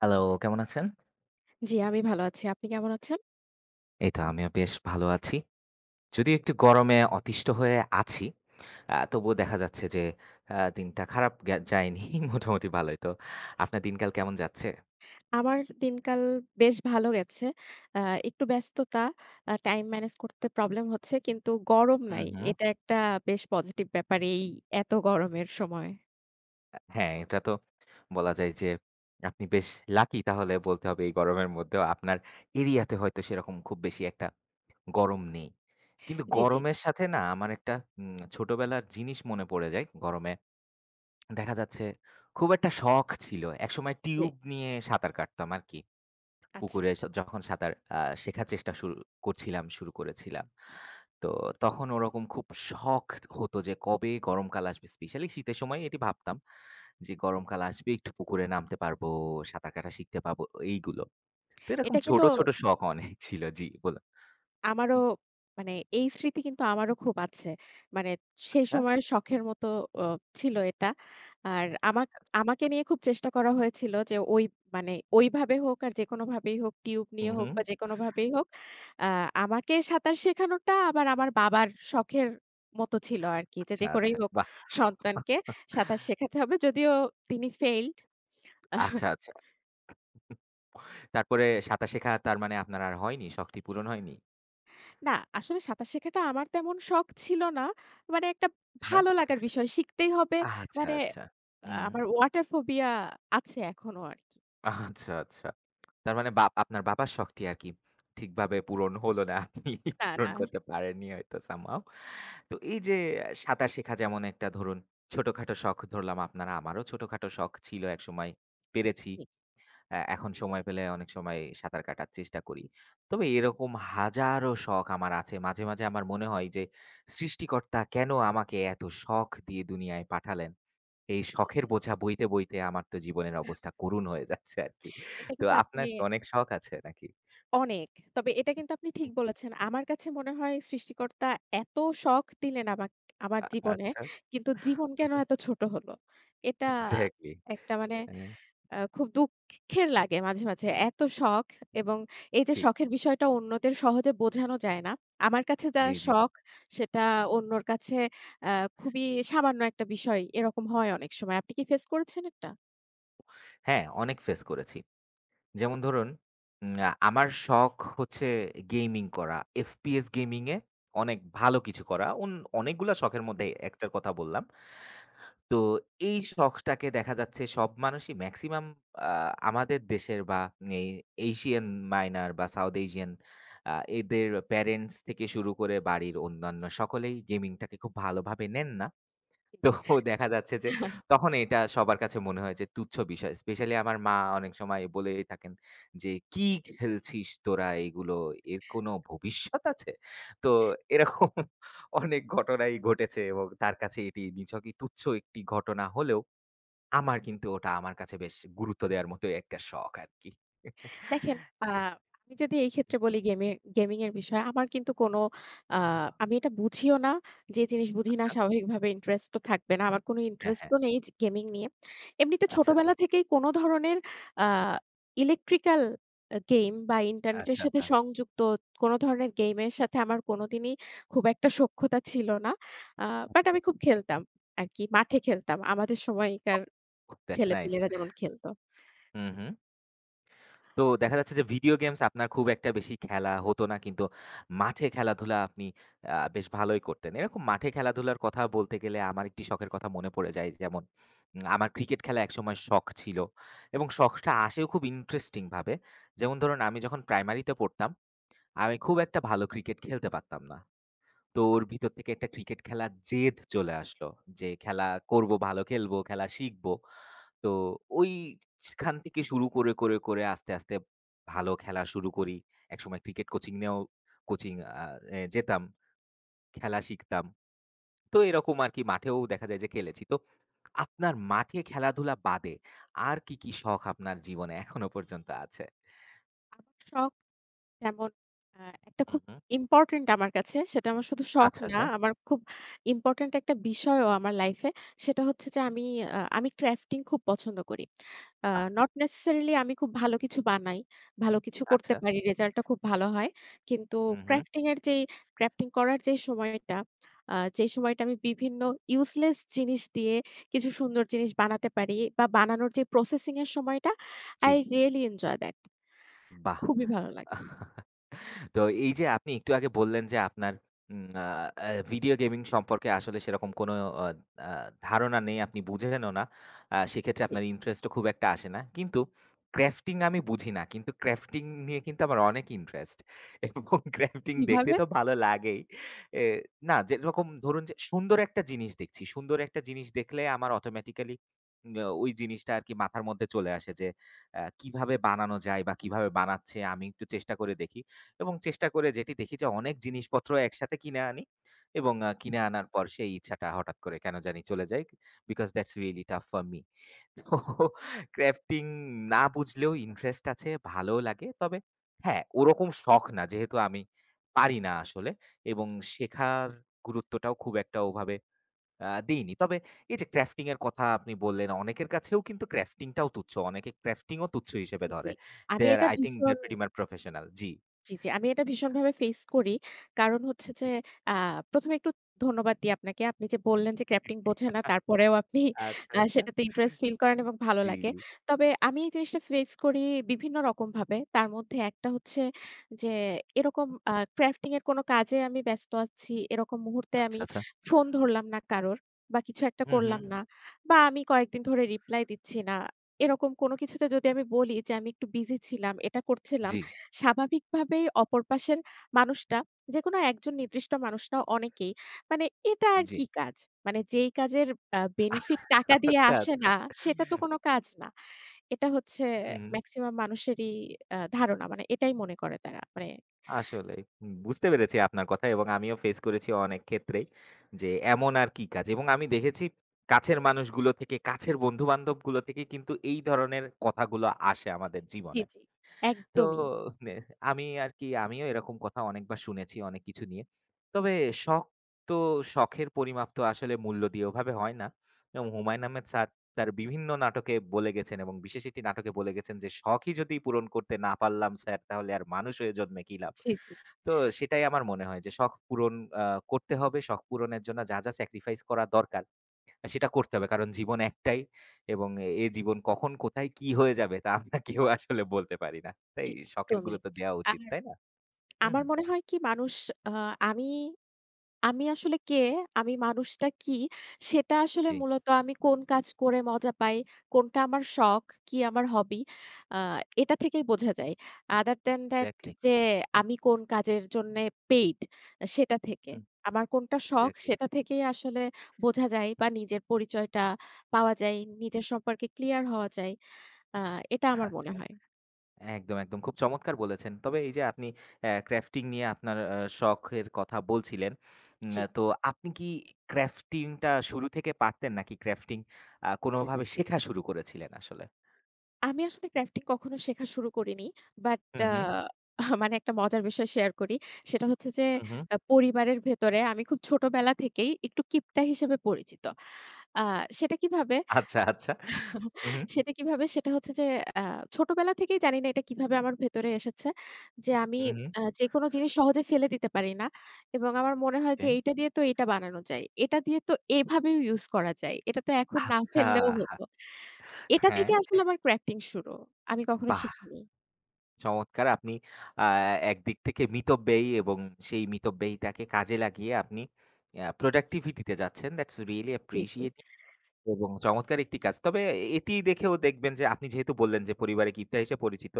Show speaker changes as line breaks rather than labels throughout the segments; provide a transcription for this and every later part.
Hello, কেমন আছেন?
জি, আমি ভালো আছি। আপনি কেমন আছেন?
এই তো আমিও বেশ ভালো আছি। যদিও একটু গরমে অতিষ্ঠ হয়ে আছি। তবুও দেখা যাচ্ছে যে দিনটা খারাপ গে যায়নি। মোটামুটি ভালোই। তো আপনার দিনকাল কেমন যাচ্ছে?
আমার দিনকাল বেশ ভালো গেছে। আ একটু ব্যস্ততা, টাইম ম্যানেজ করতে প্রবলেম হচ্ছে কিন্তু গরম
হুম,
নাই।
হুম।
এটা একটা বেশ পজিটিভ ব্যাপার এই এত গরমের সময়।
হ্যাঁ, এটা তো বলা যায় যে আপনি বেশ লাকি তাহলে বলতে হবে এই গরমের মধ্যেও আপনার এরিয়াতে হয়তো সেরকম খুব বেশি একটা গরম নেই। কিন্তু
জি, জি,
গরমের সাথে না আমার একটা ছোটবেলার জিনিস মনে পড়ে যায় গরমে দেখা যাচ্ছে খুব একটা শখ ছিল। একসময়
জি।
টিউব নিয়ে সাঁতার কাটতাম আরকি।
আচ্ছা।
পুকুরে স যখন সাঁতার শেখার চেষ্টা শুরু করছিলাম, শুরু করেছিলাম। তো তখন ওরকম খুব শখ হতো যে কবে গরমকাল আসবে? স্পেশালি শীতের সময় এটি ভাবতাম যে গরমকাল আসবে একটু পুকুরে নামতে পারবো, সাঁতার কাটা শিখতে পাবো এইগুলো। তো এরকম
এটা
ছোট,
কিন্তু
ছোট শখ অনেক ছিল। জি, বলুন।
আমারও,
হুম,
মানে এই স্মৃতি কিন্তু আমারও খুব আছে। মানে সেই
আচ্ছা,
সময়ের শখের মতো অ ছিল এটা। আর
আচ্ছা, আচ্ছা।
আমাকে নিয়ে খুব চেষ্টা করা হয়েছিল যে ওই, মানে ওইভাবে হোক আর যেকোনোভাবেই হোক, টিউব
হুম,
নিয়ে হোক
হুম।
বা যেকোনোভাবেই হোক, আ আমাকে সাঁতার শেখানোটা আবার আমার বাবার শখের মতো ছিল আরকি। যে,
আচ্ছা,
যে করেই
আচ্ছা।
হোক
বাহ!
সন্তানকে সাঁতার শেখাতে হবে। যদিও তিনি failed।
আচ্ছা, আচ্ছা। তারপরে সাঁতার শেখা তার মানে আপনার আর হয়নি? শখটি পূরণ হয়নি?
না, আসলে সাঁতার শেখাটা আমার তেমন শখ ছিল না। মানে একটা
আচ্ছা,
ভালো লাগার বিষয়, শিখতেই হবে,
আচ্ছা,
মানে
আচ্ছা। হুম,
আমার ওয়াটার ফোবিয়া আছে এখনো আরকি।
আচ্ছা, আচ্ছা। তার মানে বাপ আপনার বাবার শখটি আরকি ঠিকভাবে পূরণ হলো না। আপনি
না,
পূরণ
না।
করতে পারেননি হয়তো somehow. তো এই যে সাঁতার শেখা যেমন একটা ধরুন ছোটখাটো শখ ধরলাম আপনার, আমারও ছোটখাটো শখ ছিল একসময়, পেরেছি।
জি।
অ্যা এখন সময় পেলে অনেক সময় সাঁতার কাটার চেষ্টা করি। তবে এরকম হাজারো শখ আমার আছে। মাঝে, মাঝে আমার মনে হয় যে সৃষ্টিকর্তা কেন আমাকে এত শখ দিয়ে দুনিয়ায় পাঠালেন? এই শখের বোঝা বইতে, বইতে আমার তো জীবনের অবস্থা করুণ হয়ে যাচ্ছে আরকি।
এটা
তো
কিন্তু
আপনার
আপনি
কি অনেক শখ আছে নাকি?
অনেক। তবে এটা কিন্তু আপনি ঠিক
হুম,
বলেছেন। আমার কাছে মনে হয় সৃষ্টিকর্তা এত শখ দিলেন আমার
আ
জীবনে,
আচ্ছা।
কিন্তু জীবন
হু,
কেন
হু।
এত ছোট হলো? এটা
এক্সাক্টলি।
একটা, মানে
হ্যাঁ,
খুব দুঃখের লাগে মাঝে, মাঝে। এত শখ, এবং এই যে
জি,
শখের বিষয়টা অন্যদের সহজে বোঝানো যায় না। আমার কাছে যা
জি, জি।
শখ সেটা অন্যর কাছে আ খুবই সামান্য একটা বিষয়। এরকম হয় অনেক সময়। আপনি কি ফেস করেছেন এটা?
হ্যাঁ, অনেক ফেস করেছি। যেমন ধরুন উম আ আমার শখ হচ্ছে গেমিং করা। FPS গেমিং এ অনেক ভালো কিছু করা। অন অনেকগুলা শখের
জি,
মধ্যে একটার কথা বললাম। তো এই শখটাকে দেখা যাচ্ছে সব মানুষই মেক্সিমাম আ আমাদের দেশের বা এই এশিয়ান মাইনর বা সাউথ এশিয়ান আ এদের প্যারেন্টস থেকে শুরু করে বাড়ির অন্যান্য
জি,
সকলেই গেমিংটাকে খুব ভালোভাবে নেন না।
জি।
তো দেখা যাচ্ছে যে
জি।
তখন এটা সবার কাছে মনে হয় যে তুচ্ছ বিষয়। স্পেশালি আমার মা অনেক সময় বলেই থাকেন যে, "কি খেলছিস তোরা এগুলো? এর কোনো ভবিষ্যৎ আছে?" তো এরকম অনেক ঘটনাই ঘটেছে এবং তার কাছে এটি নিছকই তুচ্ছ একটি ঘটনা হলেও আমার কিন্তু ওটা আমার কাছে বেশ গুরুত্ব দেওয়ার মতোই একটা শখ আরকি।
দেখেন, আ
জি।
আমি যদি এই
হুম,
ক্ষেত্রে বলি গেমিং এর বিষয়ে আমার কিন্তু কোনো, আ আমি এটা বুঝিও না। যে জিনিস বুঝি না,
আচ্ছা।
স্বাভাবিকভাবে ইন্টারেস্ট তো থাকবে না। আমার কোনো
হ্যাঁ, হ্যাঁ।
ইন্টারেস্টও নেই যে গেমিং নিয়ে। এমনিতে
আচ্ছা,
ছোটবেলা থেকেই কোনো ধরনের আ ইলেকট্রিক্যাল গেম বা ইন্টারনেটের
আচ্ছা,
সাথে
আচ্ছা।
সংযুক্ত কোনো ধরনের গেমের সাথে আমার কোনোদিনই খুব একটা সখ্যতা ছিল না। আ বাট আমি খুব খেলতাম আরকি। মাঠে খেলতাম, আমাদের সময়কার
দ্যাটস নাইস।
ছেলেপিলেরা যেমন খেলত।
হুম, হুম। তো দেখা যাচ্ছে যে ভিডিও গেমস আপনার খুব একটা বেশি খেলা হতো না কিন্তু মাঠে খেলাধুলা আপনি বেশ ভালোই করতেন। এরকম মাঠে খেলাধুলার কথা বলতে গেলে আমার একটি শখের কথা মনে পড়ে যায়। যেমন আমার ক্রিকেট খেলা একসময় শখ ছিল এবং শখটা আসেও খুব ইন্টারেস্টিং ভাবে। যেমন ধরুন আমি যখন প্রাইমারিতে পড়তাম, আমি খুব একটা ভালো ক্রিকেট খেলতে পারতাম না। তো ওর ভিতর থেকে একটা ক্রিকেট খেলার জেদ চলে আসলো যে খেলা করব, ভালো খেলবো, খেলা শিখবো। তো ওই সেখান থেকে শুরু করে, করে, করে আস্তে, আস্তে ভালো খেলা শুরু করি। একসময় ক্রিকেট কোচিং নিয়েও কোচিং আ এ যেতাম, খেলা শিখতাম। তো এরকম আরকি মাঠেও দেখা যায় যে খেলেছি। তো আপনার মাঠে খেলাধুলা বাদে আর কি, কি, শখ আপনার জীবনে এখনো পর্যন্ত আছে?
আমার শখ, যেমন আ একটা
হু,
খুব
হু।
ইম্পোর্টেন্ট আমার কাছে, সেটা আমার শুধু শখ
আচ্ছা,
না,
আচ্ছা।
আমার খুব ইম্পোর্টেন্ট একটা বিষয়ও আমার লাইফে। সেটা হচ্ছে যে আমি ক্রাফটিং খুব পছন্দ করি। আ
বাহ!
নট নেসেসারিলি আমি খুব ভালো কিছু বানাই, ভালো কিছু করতে
আচ্ছা।
পারি, রেজাল্টটা খুব ভালো হয়। কিন্তু
হু, হু।
ক্রাফটিং এর যেই, ক্রাফটিং করার যে সময়টা, যে সময়টা আমি বিভিন্ন ইউজলেস জিনিস দিয়ে কিছু সুন্দর জিনিস বানাতে পারি বা বানানোর যে প্রসেসিং এর সময়টা,
জি,
I really enjoy that,
বাহ!
খুবই ভালো লাগে।
তো এই যে আপনি একটু আগে বললেন যে আপনার উম, আ, ভিডিও গেমিং সম্পর্কে আসলে সেরকম কোনো আ, আ, ধারণা নেই, আপনি বুঝেনও না। সেক্ষেত্রে
জি।
আপনার ইন্টারেস্টও খুব একটা আসে না। কিন্তু ক্র্যাফটিং আমি বুঝি না। কিন্তু ক্র্যাফটিং নিয়ে কিন্তু আমার অনেক ইন্টারেস্ট এবং ক্র্যাফটিং দেখতে
কিভাবে?
তো ভালো লাগেই। এ না যেরকম ধরুন যে সুন্দর একটা জিনিস দেখছি। সুন্দর একটা জিনিস দেখলে আমার অটোমেটিক্যালি উম, ওই জিনিসটা আরকি মাথার মধ্যে চলে আসে যে কিভাবে বানানো যায় বা কিভাবে বানাচ্ছে আমি একটু চেষ্টা করে দেখি। এবং চেষ্টা করে যেটি দেখি যে অনেক জিনিসপত্র একসাথে কিনে আনি এবং কিনে আনার পর সেই ইচ্ছাটা হঠাৎ করে কেন জানি চলে যায়। Because that's really tough for me. তো ক্রাফটিং না বুঝলেও ইন্টারেস্ট আছে, ভালোও লাগে। তবে হ্যাঁ, ওরকম শখ না যেহেতু আমি পারি না আসলে এবং শেখার গুরুত্বটাও খুব একটা ওভাবে দেইনি। তবে এই যে ক্রাফটিং এর কথা আপনি বললেন, অনেকের কাছেও কিন্তু ক্রাফটিং টাও তুচ্ছ। অনেকে ক্রাফটিং ও তুচ্ছ হিসেবে
জি,
ধরে।
জি।
দে
আমি
আর
এটা
আই থিংক দে
ভীষণ
আর প্রিটি মাচ প্রফেশনাল। জি।
জি, জি। আমি এটা ভীষণভাবে ফেস করি। কারণ হচ্ছে যে আ ১ম এ একটু ধন্যবাদ দিই আপনাকে। আপনি যে বললেন যে
জি,
ক্র্যাফটিং
জি।
বোঝে না, তারপরেও আপনি
আচ্ছা, আচ্ছা।
সেটাতে ইন্টারেস্ট ফিল করেন এবং ভালো
জি,
লাগে।
জি।
তবে আমি এই জিনিসটা ফেস করি বিভিন্ন রকমভাবে। তার মধ্যে একটা হচ্ছে যে,
হুম।
এরকম ক্র্যাফটিং এর কোনো কাজে আমি ব্যস্ত আছি, এরকম মুহূর্তে
আচ্ছা,
আমি
আচ্ছা।
ফোন ধরলাম না কারোর বা কিছু একটা
হুম, হুম।
করলাম না বা আমি কয়েকদিন ধরে রিপ্লাই দিচ্ছি না। এরকম কোনো কিছুতে যদি আমি বলি যে আমি একটু বিজি ছিলাম, এটা করছিলাম,
জি,
স্বাভাবিকভাবেই অপর পাশের মানুষটা, যেকোনো একজন নির্দিষ্ট মানুষ না, অনেকেই, মানে, এটা আর
জি।
কি কাজ? মানে যেই কাজের বেনিফিট টাকা দিয়ে
আচ্ছা,
আসে
আচ্ছা।
না, সেটা তো কোনো কাজ না। এটা হচ্ছে
হুম, হুম।
মেক্সিমাম মানুষেরই ধারণা। মানে এটাই মনে করে তারা। মানে
আসলেই। হুম, বুঝতে পেরেছি আপনার কথা এবং আমিও ফেস করেছি অনেক ক্ষেত্রেই যে এমন আর কি কাজ এবং আমি দেখেছি কাছের মানুষগুলো থেকে, কাছের বন্ধু-বান্ধবগুলো থেকে কিন্তু এই ধরনের কথাগুলো আসে আমাদের
জি,
জীবনে।
জি।
তো
একদমই।
নে আমি আরকি আমিও এরকম কথা অনেকবার শুনেছি অনেক কিছু নিয়ে। তবে শখ তো শখের পরিমাপ তো আসলে মূল্য দিয়ে ওভাবে হয় না। এবং হুমায়ূন আহমেদ স্যার তার বিভিন্ন নাটকে বলে গেছেন এবং বিশেষ একটি নাটকে বলে গেছেন যে, "শখই যদি পূরণ করতে না পারলাম স্যার তাহলে আর মানুষ হয়ে জন্মে কি লাভ?"
জি, জি,
তো সেটাই আমার মনে হয় যে শখ পূরণ আ করতে হবে। শখ পূরণের জন্য যা, যা স্যাক্রিফাইস করা দরকার সেটা করতে হবে। কারণ জীবন একটাই এবং এ জীবন কখন কোথায় কি হয়ে যাবে তা আমরা কেউ আসলে বলতে পারি না। তাই
জি,
শখের
একদমই।
গুরুত্ব দেওয়া উচিত।
আর
তাই না? হুম,
আমার
হুম।
মনে হয় কি, মানুষ, আ আমি আমি আসলে কে, আমি মানুষটা কি, সেটা আসলে
জি,
মূলত আমি কোন কাজ করে মজা পাই, কোনটা আমার শখ, কি আমার হবি, আ এটা থেকেই বোঝা যায়। other than that,
exactly.
যে আমি কোন কাজের জন্যে পেইড, সেটা থেকে।
হুম।
আমার কোনটা শখ,
এক্সাক্টলি, এক্সাক্টলি।
সেটা থেকেই আসলে বোঝা যায়, বা
হুম,
নিজের পরিচয়টা পাওয়া যায়, নিজের সম্পর্কে ক্লিয়ার হওয়া যায়। আ এটা আমার মনে
আচ্ছা।
হয়।
একদম, একদম। খুব চমৎকার বলেছেন। তবে এই যে আপনি অ্যা ক্রাফটিং নিয়ে আপনার শখের কথা বলছিলেন।
জি।
তো আপনি কি ক্রাফটিং টা শুরু থেকে পারতেন নাকি ক্রাফটিং কোনভাবে শেখা শুরু করেছিলেন আসলে?
আমি আসলে ক্র্যাফটিং কখনো শেখা শুরু করিনি। বাট,
হুম,
আ
হুম।
হুম। মানে একটা মজার বিষয় শেয়ার করি। সেটা হচ্ছে যে
হুম, হুম।
পরিবারের ভেতরে আমি খুব ছোটবেলা থেকেই একটু কিপটা হিসেবে পরিচিত। আ সেটা কিভাবে?
আচ্ছা, আচ্ছা। হুম, হুম।
সেটা কিভাবে? সেটা হচ্ছে যে আ ছোটবেলা থেকেই জানি না এটা কিভাবে আমার ভেতরে এসেছে। যে আমি
হুম, হুম।
যেকোনো জিনিস সহজে ফেলে দিতে পারি না। এবং আমার মনে হয়
ওকে।
যে এইটা দিয়ে তো এটা বানানো যায়। এটা দিয়ে তো এভাবেও ইউজ করা যায়। এটা তো এখন না
আচ্ছা।
ফেললেও হতো। এটা
হ্যাঁ।
থেকে আসলে আমার ক্র্যাফটিং শুরু। আমি কখনো
বাহ!
শিখিনি।
চমৎকার। আপনি আ একদিক থেকে মিতব্যয়ী এবং সেই মিতব্যয়িতাকে কাজে লাগিয়ে আপনি অ্যা প্রোডাক্টিভিটি তে যাচ্ছেন। দ্যাটস রিয়ালি
জি, জি।
অ্যাপ্রিশিয়েট এবং চমৎকার একটি কাজ। তবে এটি দেখেও দেখবেন যে আপনি যেহেতু বললেন যে পরিবারে কিপ্টা হিসেবে পরিচিত।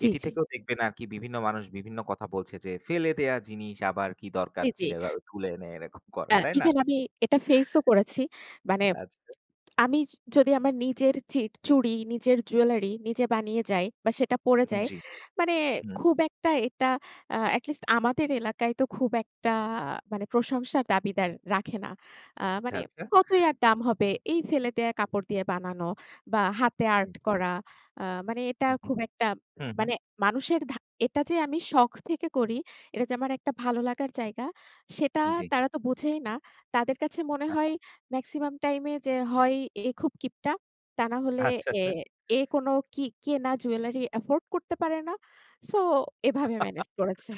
জি,
এটি
জি।
থেকেও দেখবেন আরকি বিভিন্ন মানুষ বিভিন্ন কথা বলছে যে ফেলে দেয়া জিনিস আবার কি দরকার
জি, জি।
ছিল এভাবে তুলে এনে এরকম করা। তাই না?
ইভেন আমি এটা ফেইস ও করেছি। মানে
আচ্ছা।
আমি যদি আমার নিজের চিট চুড়ি, নিজের জুয়েলারি নিজে বানিয়ে যাই বা সেটা পড়ে যাই,
জি।
মানে
হুম।
খুব একটা এটা এটলিস্ট আমাদের এলাকায় তো খুব একটা, মানে প্রশংসার দাবিদার রাখে না।
আচ্ছা,
মানে,
আচ্ছা।
কতই আর দাম হবে? এই ফেলে দেয়া কাপড় দিয়ে বানানো বা হাতে
জি।
আর্ট করা। আ মানে এটা
হু, হু।
খুব একটা,
হু, হু।
মানে মানুষের এটা যে আমি শখ থেকে করি, এটা যে আমার একটা ভালো লাগার জায়গা, সেটা
জি।
তারা তো বোঝেই না। তাদের কাছে মনে হয় মেক্সিমাম টাইমে যে হয়, এ খুব কিপটা, তা না হলে
আচ্ছা,
এ,
আচ্ছা।
এ কোনো কি কেনা জুয়েলারি অ্যাফোর্ড করতে পারে না, সো এভাবে ম্যানেজ করেছে।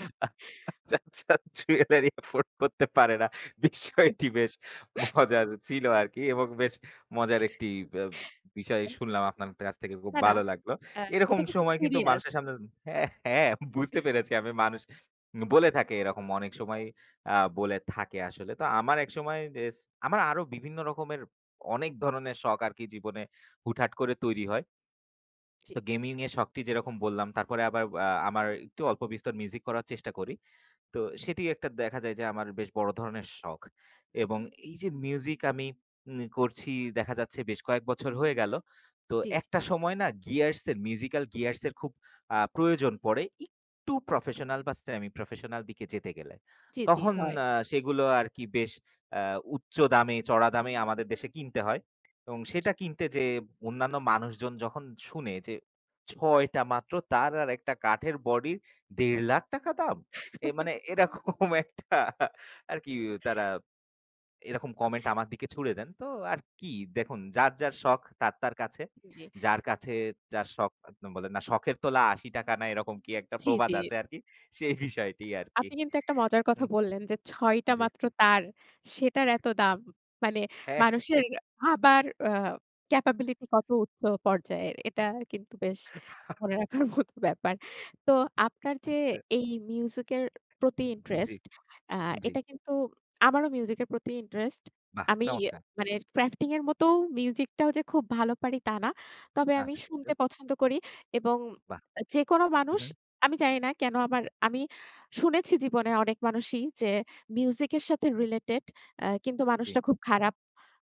আচ্ছা, আচ্ছা জুয়েলারি এফোর্ড করতে পারে না। বিষয়টি বেশ মজার ছিল আরকি এবং বেশ মজার একটি আ বিষয় শুনলাম আপনার কাছ থেকে খুব
না, না,
ভালো লাগলো।
আ
এরকম
এটা কিন্তু
সময় কিন্তু
সিরিয়াস।
মানুষের সামনে হ্যাঁ, হ্যাঁ বুঝতে পেরেছি আমি মানুষ বলে থাকে এরকম অনেক সময় বলে থাকে আসলে। তো আমার একসময় এস আমার আরো বিভিন্ন রকমের অনেক ধরনের শখ আরকি জীবনে হুটহাট করে তৈরি হয়।
জি,
তো গেমিং এর শখটি যেরকম বললাম তারপরে আবার আমার একটু অল্প বিস্তর মিউজিক করার চেষ্টা করি। তো সেটি একটা দেখা যায় যে আমার বেশ বড় ধরনের শখ। এবং এই যে মিউজিক আমি করছি দেখা যাচ্ছে বেশ কয়েক বছর হয়ে গেল। তো
জি,
একটা সময় না Gears এর মিউজিক্যাল Gears এর খুব প্রয়োজন পড়ে একটু প্রফেশনাল বা সেমি প্রফেশনাল দিকে যেতে গেলে।
জি, জি, জি,
তখন
হয়।
সেগুলো আরকি বেশ আ উচ্চ দামে চড়া দামে আমাদের দেশে কিনতে হয়। এবং
জি,
সেটা কিনতে যেয়ে অন্যান্য মানুষজন যখন শুনে যে ৬ টা মাত্র তার আর একটা কাঠের বডির ৳১.৫ লাখ টাকা দাম। এ মানে এরকম একটা আরকি তারা এরকম কমেন্ট আমার দিকে ছুড়ে দেন। তো আর কি দেখুন যার, যার শখ তার, তার কাছে।
জি,
যার কাছে যার শখ বলে না শখের তোলা ৳৮০ না এরকম কি একটা
জি,
প্রবাদ
জি।
আছে আরকি। সেই বিষয়টি আরকি।
আপনি কিন্তু একটা মজার কথা
হুম,
বললেন যে, ৬ টা
জি।
মাত্র তার, সেটার এত দাম। মানে
হ্যাঁ।
মানুষের ভাবার ক্যাপাবিলিটি কত উচ্চ পর্যায়ের। এটা কিন্তু বেশ মনে রাখার মতো ব্যাপার। তো আপনার যে
আচ্ছা।
এই মিউজিকের প্রতি
জি,
ইন্টারেস্ট, আ
জি।
এটা কিন্তু আমারও মিউজিকের প্রতি ইন্টারেস্ট।
বাহ!
আমি,
চমৎকার।
মানে ক্রাফটিং এর মতো মিউজিকটাও যে খুব ভালো পারি তা না। তবে আমি
আচ্ছা, আচ্ছা।
শুনতে পছন্দ করি, এবং
বাহ!
যেকোনো
হু,
মানুষ,
হু।
আমি জানি না কেন, আমি শুনেছি জীবনে অনেক মানুষই যে মিউজিকের সাথে রিলেটেড, কিন্তু
জি,
মানুষটা খুব খারাপ।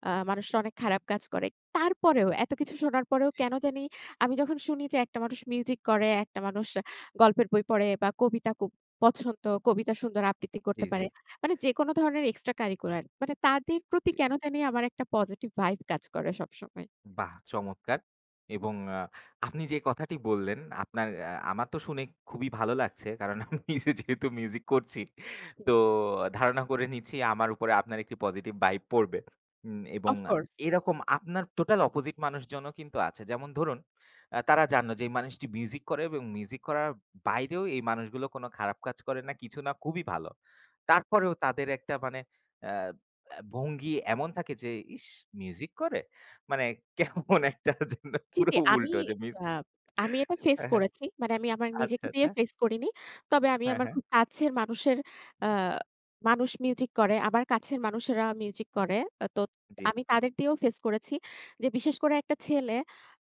মানুষটা অনেক খারাপ কাজ করে। তারপরেও এত কিছু শোনার পরেও
জি,
কেন জানি আমি যখন শুনি যে একটা মানুষ মিউজিক করে, একটা মানুষ গল্পের বই পড়ে বা কবিতা খুব পছন্দ, কবিতা সুন্দর আবৃত্তি
জি,
করতে
জি,
পারে, মানে যেকোনো ধরনের এক্সট্রা কারিকুলার, মানে তাদের প্রতি
জি।
কেন জানি আমার একটা পজিটিভ ভাইব কাজ করে সবসময়।
বাহ! চমৎকার। এবং আপনি যে কথাটি বললেন, আপনার আমার তো শুনে খুবই ভালো লাগছে। কারণ আমি নিজে যেহেতু মিউজিক করছি,
জি,
তো ধারণা করে নিচ্ছি আমার উপরে আপনার একটি পজিটিভ ভাইব পড়বে। এবং
অফ কোর্স।
এরকম আপনার টোটাল অপোজিট মানুষজনও কিন্তু আছে। যেমন ধরুন, তারা জানলো যে এই মানুষটি মিউজিক করে এবং মিউজিক করার বাইরেও এই মানুষগুলো কোনো খারাপ কাজ করে না, কিছু না, খুবই ভালো। তারপরেও তাদের একটা মানে আ আ ভঙ্গি এমন থাকে যে, "ইস! মিউজিক করে?" মানে কেমন একটা যেন
জি,
পুরো
জি।
উল্টো যে মিস
আ আমি এটা ফেস
হ্যাঁ, হ্যাঁ।
করেছি। মানে আমি আমার
আচ্ছা,
নিজেকে দিয়ে
আচ্ছা।
ফেস করিনি। তবে আমি
হ্যাঁ,
আমার
হ্যাঁ।
খুব কাছের মানুষের, আ মানুষ মিউজিক করে। আমার কাছের মানুষেরা মিউজিক করে। তো
জি।
আমি তাদের দিয়েও ফেস করেছি। যে বিশেষ করে একটা ছেলে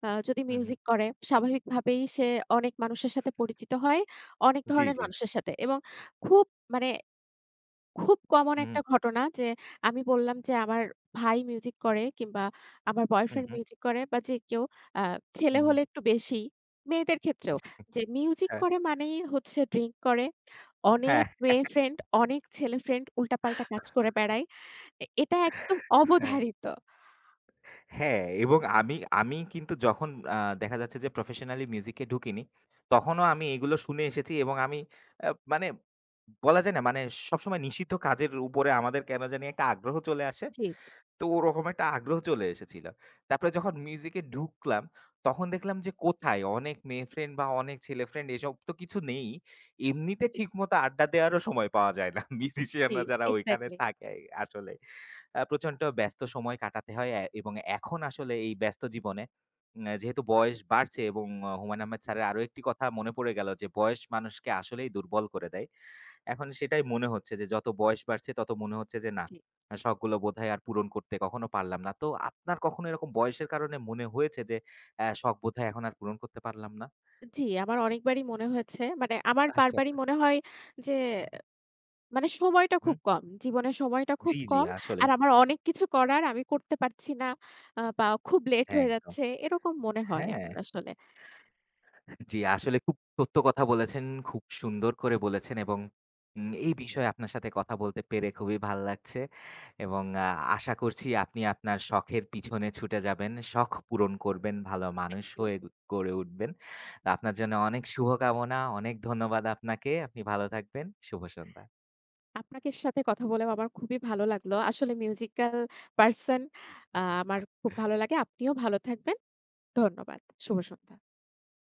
যদি
হুম, হুম।
মিউজিক করে স্বাভাবিকভাবেই সে অনেক মানুষের সাথে পরিচিত হয়, অনেক
জি,
ধরনের
জি।
মানুষের সাথে, এবং খুব, মানে খুব কমন
হুম,
একটা ঘটনা যে আমি বললাম যে আমার ভাই মিউজিক করে, কিংবা আমার
হুম,
বয়ফ্রেন্ড
হুম,
মিউজিক করে, বা যে কেউ, আ ছেলে
হুম, হুম।
হলে একটু বেশি, মেয়েদের ক্ষেত্রেও,
জি।
যে মিউজিক
হ্যাঁ,
করে মানেই হচ্ছে ড্রিংক করে, অনেক
হ্যাঁ,
মেয়ে ফ্রেন্ড, অনেক ছেলে ফ্রেন্ড, উল্টাপাল্টা কাজ করে বেড়ায়। এ এটা একদম
হ্যাঁ।
অবধারিত।
হ্যাঁ, এবং আমি আমি কিন্তু যখন দেখা যাচ্ছে যে প্রফেশনালি মিউজিকে ঢুকিনি, তখনও আমি এগুলো শুনে এসেছি এবং আমি আ মানে বলা যায় না মানে সবসময় নিষিদ্ধ কাজের উপরে আমাদের কেন জানি একটা আগ্রহ চলে আসে।
জি, জি,
তো ওরকম একটা আগ্রহ চলে এসেছিল। তারপরে যখন মিউজিকে ঢুকলাম, তখন দেখলাম যে কোথায় অনেক মেয়ে ফ্রেন্ড বা অনেক ছেলে ফ্রেন্ড এসব তো কিছু নেই। এমনিতে ঠিকমতো আড্ডা দেওয়ারও সময় পাওয়া যায় না।
জি,
মিউজিশিয়ানরা যারা ওইখানে
এক্সাক্টলি।
থাকে আসলে প্রচন্ড ব্যস্ত সময় কাটাতে হয় এ এবং এখন আসলে এই ব্যস্ত জীবনে যেহেতু বয়স বাড়ছে এবং হুমায়ূন আহমেদ স্যারের আরো একটি কথা মনে পড়ে গেল যে বয়স মানুষকে আসলেই দুর্বল করে দেয়। এখন সেটাই মনে হচ্ছে যে যত বয়স বাড়ছে তত মনে হচ্ছে যে না,
জি,
শখগুলো বোধহয় আর পূরণ করতে কখনো পারলাম না। তো আপনার কখনো এরকম বয়সের কারণে মনে হয়েছে যে অ্যা শখ বোধহয় এখন আর পূরণ করতে পারলাম না?
জি, আমার অনেকবারই মনে হয়েছে। মানে আমার
আচ্ছা,
বারবারই
আচ্ছা।
মনে হয় যে, মানে সময়টা
হুম।
খুব কম। জীবনের সময়টা
জি,
খুব
জি
কম।
আসলে।
আর আমার অনেক কিছু করার, আমি করতে পারছি না, বা খুব লেট
হ্যাঁ,
হয়ে
একদম।
যাচ্ছে। এরকম মনে হয়
হ্যাঁ।
আমার আসলে।
জি, আসলে খুব সত্য কথা বলেছেন, খুব সুন্দর করে বলেছেন এবং এই বিষয়ে আপনার সাথে কথা বলতে পেরে খুবই ভাল লাগছে এবং আশা করছি আপনি আপনার শখের পিছনে ছুটে যাবেন, শখ পূরণ করবেন, ভালো
থ্যাংক
মানুষ
ইউ।
হয়ে গ- গড়ে উঠবেন। তো আপনার জন্য অনেক শুভকামনা, অনেক ধন্যবাদ আপনাকে। আপনি ভালো থাকবেন। শুভ সন্ধ্যা।
আপনাকে সাথে কথা বলেও আমার খুবই ভালো লাগলো। আসলে মিউজিক্যাল পারসন আমার খুব ভালো লাগে। আপনিও ভালো থাকবেন। ধন্যবাদ। শুভ সন্ধ্যা।